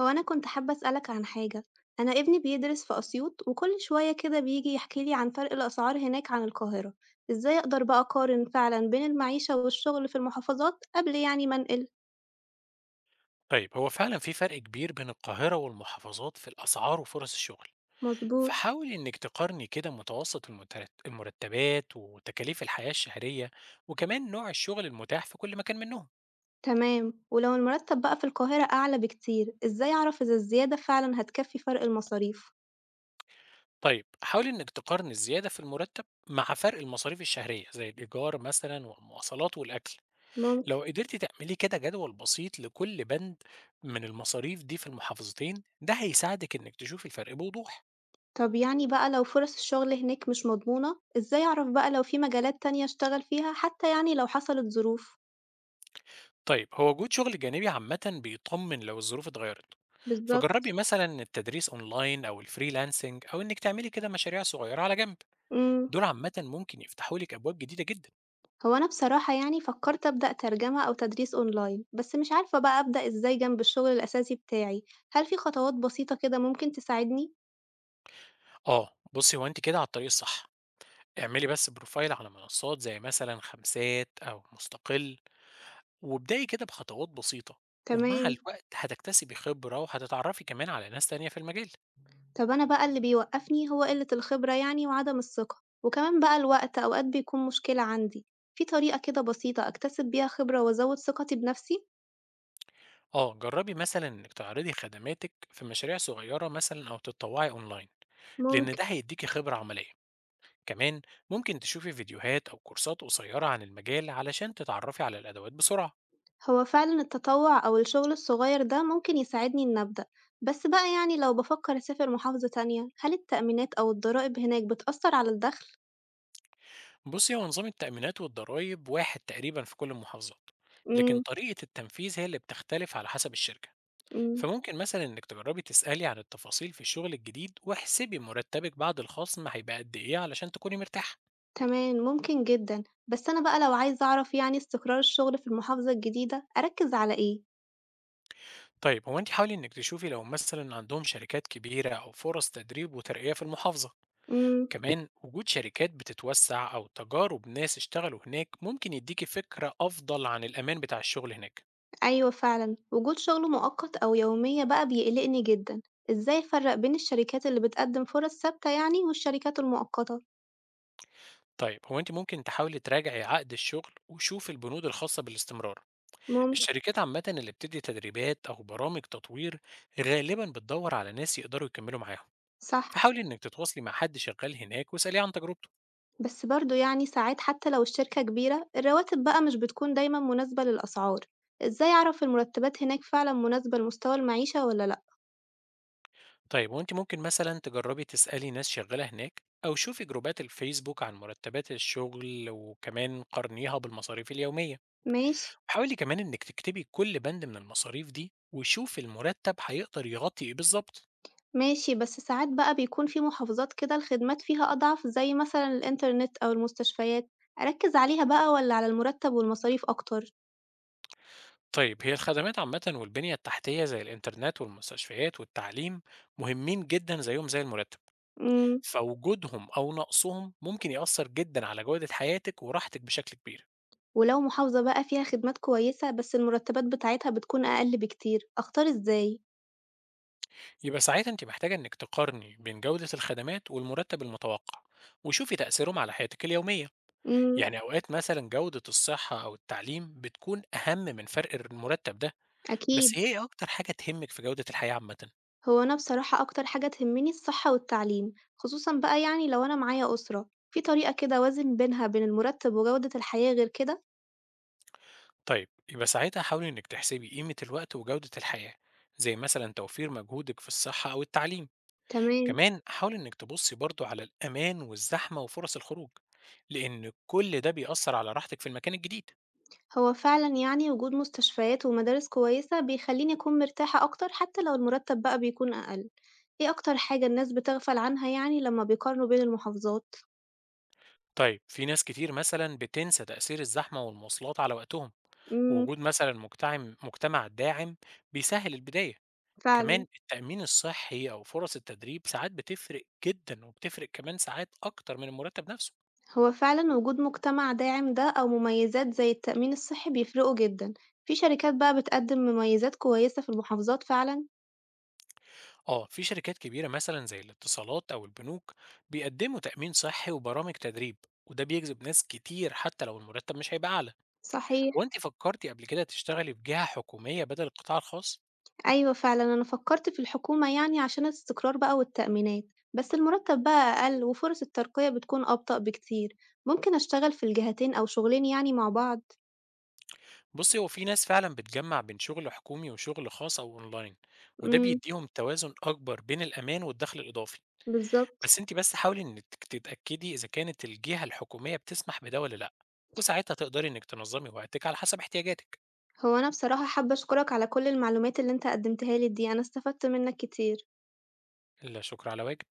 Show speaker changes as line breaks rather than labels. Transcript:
هو أنا كنت حابة أسألك عن حاجة، أنا ابني بيدرس في أسيوط وكل شوية كده بيجي يحكي لي عن فرق الأسعار هناك عن القاهرة، إزاي أقدر بقى أقارن فعلا بين المعيشة والشغل في المحافظات قبل يعني ما أنقل؟
طيب هو فعلا في فرق كبير بين القاهرة والمحافظات في الأسعار وفرص الشغل.
مظبوط،
فحاول إنك تقارني كده متوسط المرتبات وتكاليف الحياة الشهرية، وكمان نوع الشغل المتاح في كل مكان منهم.
تمام، ولو المرتب بقى في القاهرة أعلى بكتير، إزاي أعرف إذا الزيادة فعلا هتكفي فرق المصاريف؟
طيب حاول إنك تقارن الزيادة في المرتب مع فرق المصاريف الشهرية زي الإيجار مثلا والمواصلات والأكل.
ممكن،
لو قدرت تعملي كده جدول بسيط لكل بند من المصاريف دي في المحافظتين، ده هيساعدك إنك تشوف الفرق بوضوح.
طب يعني بقى لو فرص الشغل هناك مش مضمونة، إزاي أعرف بقى لو في مجالات تانية أشتغل فيها حتى يعني لو حصلت ظروف؟
طيب هو وجود شغل جانبي عامة بيطمن لو الظروف اتغيرت. فجربي
بالظبط،
مثلا التدريس اونلاين او الفريلانسنج او انك تعملي كده مشاريع صغيرة على جنب.
امم
دول عامة ممكن يفتحوا لك ابواب جديدة جدا.
هو أنا بصراحة يعني فكرت أبدأ ترجمة أو تدريس أونلاين، بس مش عارفة بقى أبدأ إزاي جنب الشغل الأساسي بتاعي، هل في خطوات بسيطة كده ممكن تساعدني؟
اه بصي، هو انت كده على الطريق الصح. اعملي بس بروفايل على منصات زي مثلا خمسات او مستقل، وابدأي كده بخطوات بسيطة. ومع
تمام،
الوقت هتكتسبي خبرة وهتتعرفي كمان على ناس تانية في المجال.
طب أنا بقى اللي بيوقفني هو قلة الخبرة يعني وعدم الثقة، وكمان بقى الوقت أوقات بيكون مشكلة عندي، في طريقة كده بسيطة أكتسب بيها خبرة وأزود ثقتي بنفسي؟
آه، جربي مثلا إنك تعرضي خدماتك في مشاريع صغيرة مثلا أو تتطوعي أونلاين، لأن
ممكن،
ده هيديكي خبرة عملية. كمان ممكن تشوفي فيديوهات أو كورسات قصيرة عن المجال علشان تتعرفي على الأدوات بسرعة.
هو فعلا التطوع أو الشغل الصغير ده ممكن يساعدني إن أبدأ، بس بقى يعني لو بفكر أسافر محافظة تانية، هل التأمينات أو الضرائب هناك بتأثر على الدخل؟
بصي، هو نظام التأمينات والضرايب واحد تقريبا في كل المحافظات، لكن
إمم،
طريقة التنفيذ هي اللي بتختلف على حسب الشركة.
إمم،
فممكن مثلا إنك تجربي تسألي عن التفاصيل في الشغل الجديد، واحسبي مرتبك بعد الخصم هيبقى قد إيه علشان تكوني مرتاحة.
تمام، ممكن جدًا، بس أنا بقى لو عايزة أعرف يعني استقرار الشغل في المحافظة الجديدة أركّز على إيه؟
طيب هو انت حاولي انك تشوفي لو مثلا عندهم شركات كبيرة او فرص تدريب وترقية في المحافظة.
إمم،
كمان وجود شركات بتتوسع او تجارب ناس اشتغلوا هناك ممكن يديكي فكرة افضل عن الامان بتاع الشغل هناك.
أيوه فعلًا، وجود شغل مؤقت أو يومية بقى بيقلقني جدًا، إزاي أفرّق بين الشركات اللي بتقدّم فرص ثابتة يعني والشركات المؤقتة؟
طيب هو انت ممكن تحاولي تراجعي عقد الشغل وشوفي البنود الخاصة بالاستمرار.
ممكن،
الشركات عامة اللي بتدي تدريبات او برامج تطوير غالبا بتدور على ناس يقدروا يكملوا معاهم.
صح،
فحاولي انك تتواصلي مع حد شغال هناك واسأليه عن تجربته.
بس برضه يعني ساعات حتى لو الشركة كبيرة الرواتب بقى مش بتكون دايمًا مناسبة للأسعار، إزاي أعرف المرتبات هناك فعلًا مناسبة لمستوى المعيشة والّا لأ؟
طيب وانت ممكن مثلا تجربي تسألي ناس شغالة هناك أو شوفي جروبات الفيسبوك عن مرتبات الشغل، وكمان قارنيها بالمصاريف اليومية.
ماشي.
وحاولي كمان انك تكتبي كل بند من المصاريف دي وشوفي المرتب هيقدر يغطي ايه بالظبط.
ماشي، بس ساعات بقى بيكون في محافظات كده الخدمات فيها أضعف زي مثلًا الإنترنت أو المستشفيات، أركّز عليها بقى والّا على المرتب والمصاريف أكتر؟
طيب هي الخدمات عامة والبنية التحتية زي الإنترنت والمستشفيات والتعليم مهمين جدا زيهم زي المرتب.
إمم،
فوجودهم أو نقصهم ممكن يأثر جدا على جودة حياتك وراحتك بشكل كبير.
ولو محافظة بقى فيها خدمات كويسة بس المرتبات بتاعتها بتكون أقل بكتير، أختار إزاي؟
يبقى ساعتها أنتِ محتاجة إنِك تقارني بين جودة الخدمات والمرتب المتوقع، وشوفي تأثيرهم على حياتك اليومية.
إمم،
يعني أوقات مثلًا جودة الصحة أو التعليم بتكون أهم من فرق المرتب ده. بس
أكيد،
إيه أكتر حاجة تهمِك في جودة الحياة عامةً؟
هو أنا بصراحة أكتر حاجة تهمني الصحة والتعليم، خصوصًا بقى يعني لو أنا معايا أسرة، في طريقة كده أوازن بينها بين المرتب وجودة الحياة غير كده؟
طيب، يبقى ساعتها حاولي إنِك تحسبي قيمة الوقت وجودة الحياة، زي مثلًا توفير مجهودِك في الصحة أو التعليم.
تمام.
كمان حاولي إنِك تبُصي برضه على الأمان والزحمة وفرص الخروج، لإن كل ده بيأثر على راحتك في المكان الجديد.
هو فعلًا يعني وجود مستشفيات ومدارس كويسة بيخلّيني أكون مرتاحة أكتر حتى لو المرتب بقى بيكون أقل، إيه أكتر حاجة الناس بتغفل عنها يعني لمّا بيقارنوا بين المحافظات؟
طيب في ناس كتير مثلا بتنسى تأثير الزحمة والمواصلات على وقتهم،
إمم،
ووجود مثلا مجتمع داعم بيسهل البداية. كمان
فعلًا،
التأمين الصحي أو فرص التدريب ساعات بتفرق جدا، وبتفرق كمان ساعات أكتر من المرتب نفسه.
هو فعلًا وجود مجتمع داعم ده أو مميزات زي التأمين الصحي بيفرقوا جدًا، في شركات بقى بتقدم مميزات كويسة في المحافظات فعلًا؟
اه في شركات كبيرة مثلا زي الاتصالات أو البنوك بيقدموا تأمين صحي وبرامج تدريب، وده بيجذب ناس كتير حتى لو المرتب مش هيبقى أعلى.
صحيح.
وأنت فكرتي قبل كده تشتغلي في جهة حكومية بدل القطاع الخاص؟
أيوه فعلًا، أنا فكّرت في الحكومة يعني عشان الاستقرار بقى والتأمينات، بس المرتّب بقى أقل وفرص الترقية بتكون أبطأ بكتير، ممكن أشتغل في الجهتين أو شغلين يعني مع بعض؟
بصي هو في ناس فعلا بتجمع بين شغل حكومي وشغل خاص او اونلاين، وده
إمم،
بيديهم توازن اكبر بين الامان والدخل الاضافي. بس
بالضبط.
انت بس حاولي انك تتاكدي اذا كانت الجهه الحكوميه بتسمح بده ولا لا، وساعتها تقدري انك تنظمي وقتك على حسب احتياجاتك.
هو أنا بصراحة حابة أشكرك على كل المعلومات اللي أنت قدّمتها لي دي، أنا استفدت منّك كتير.
لا شكر على واجب.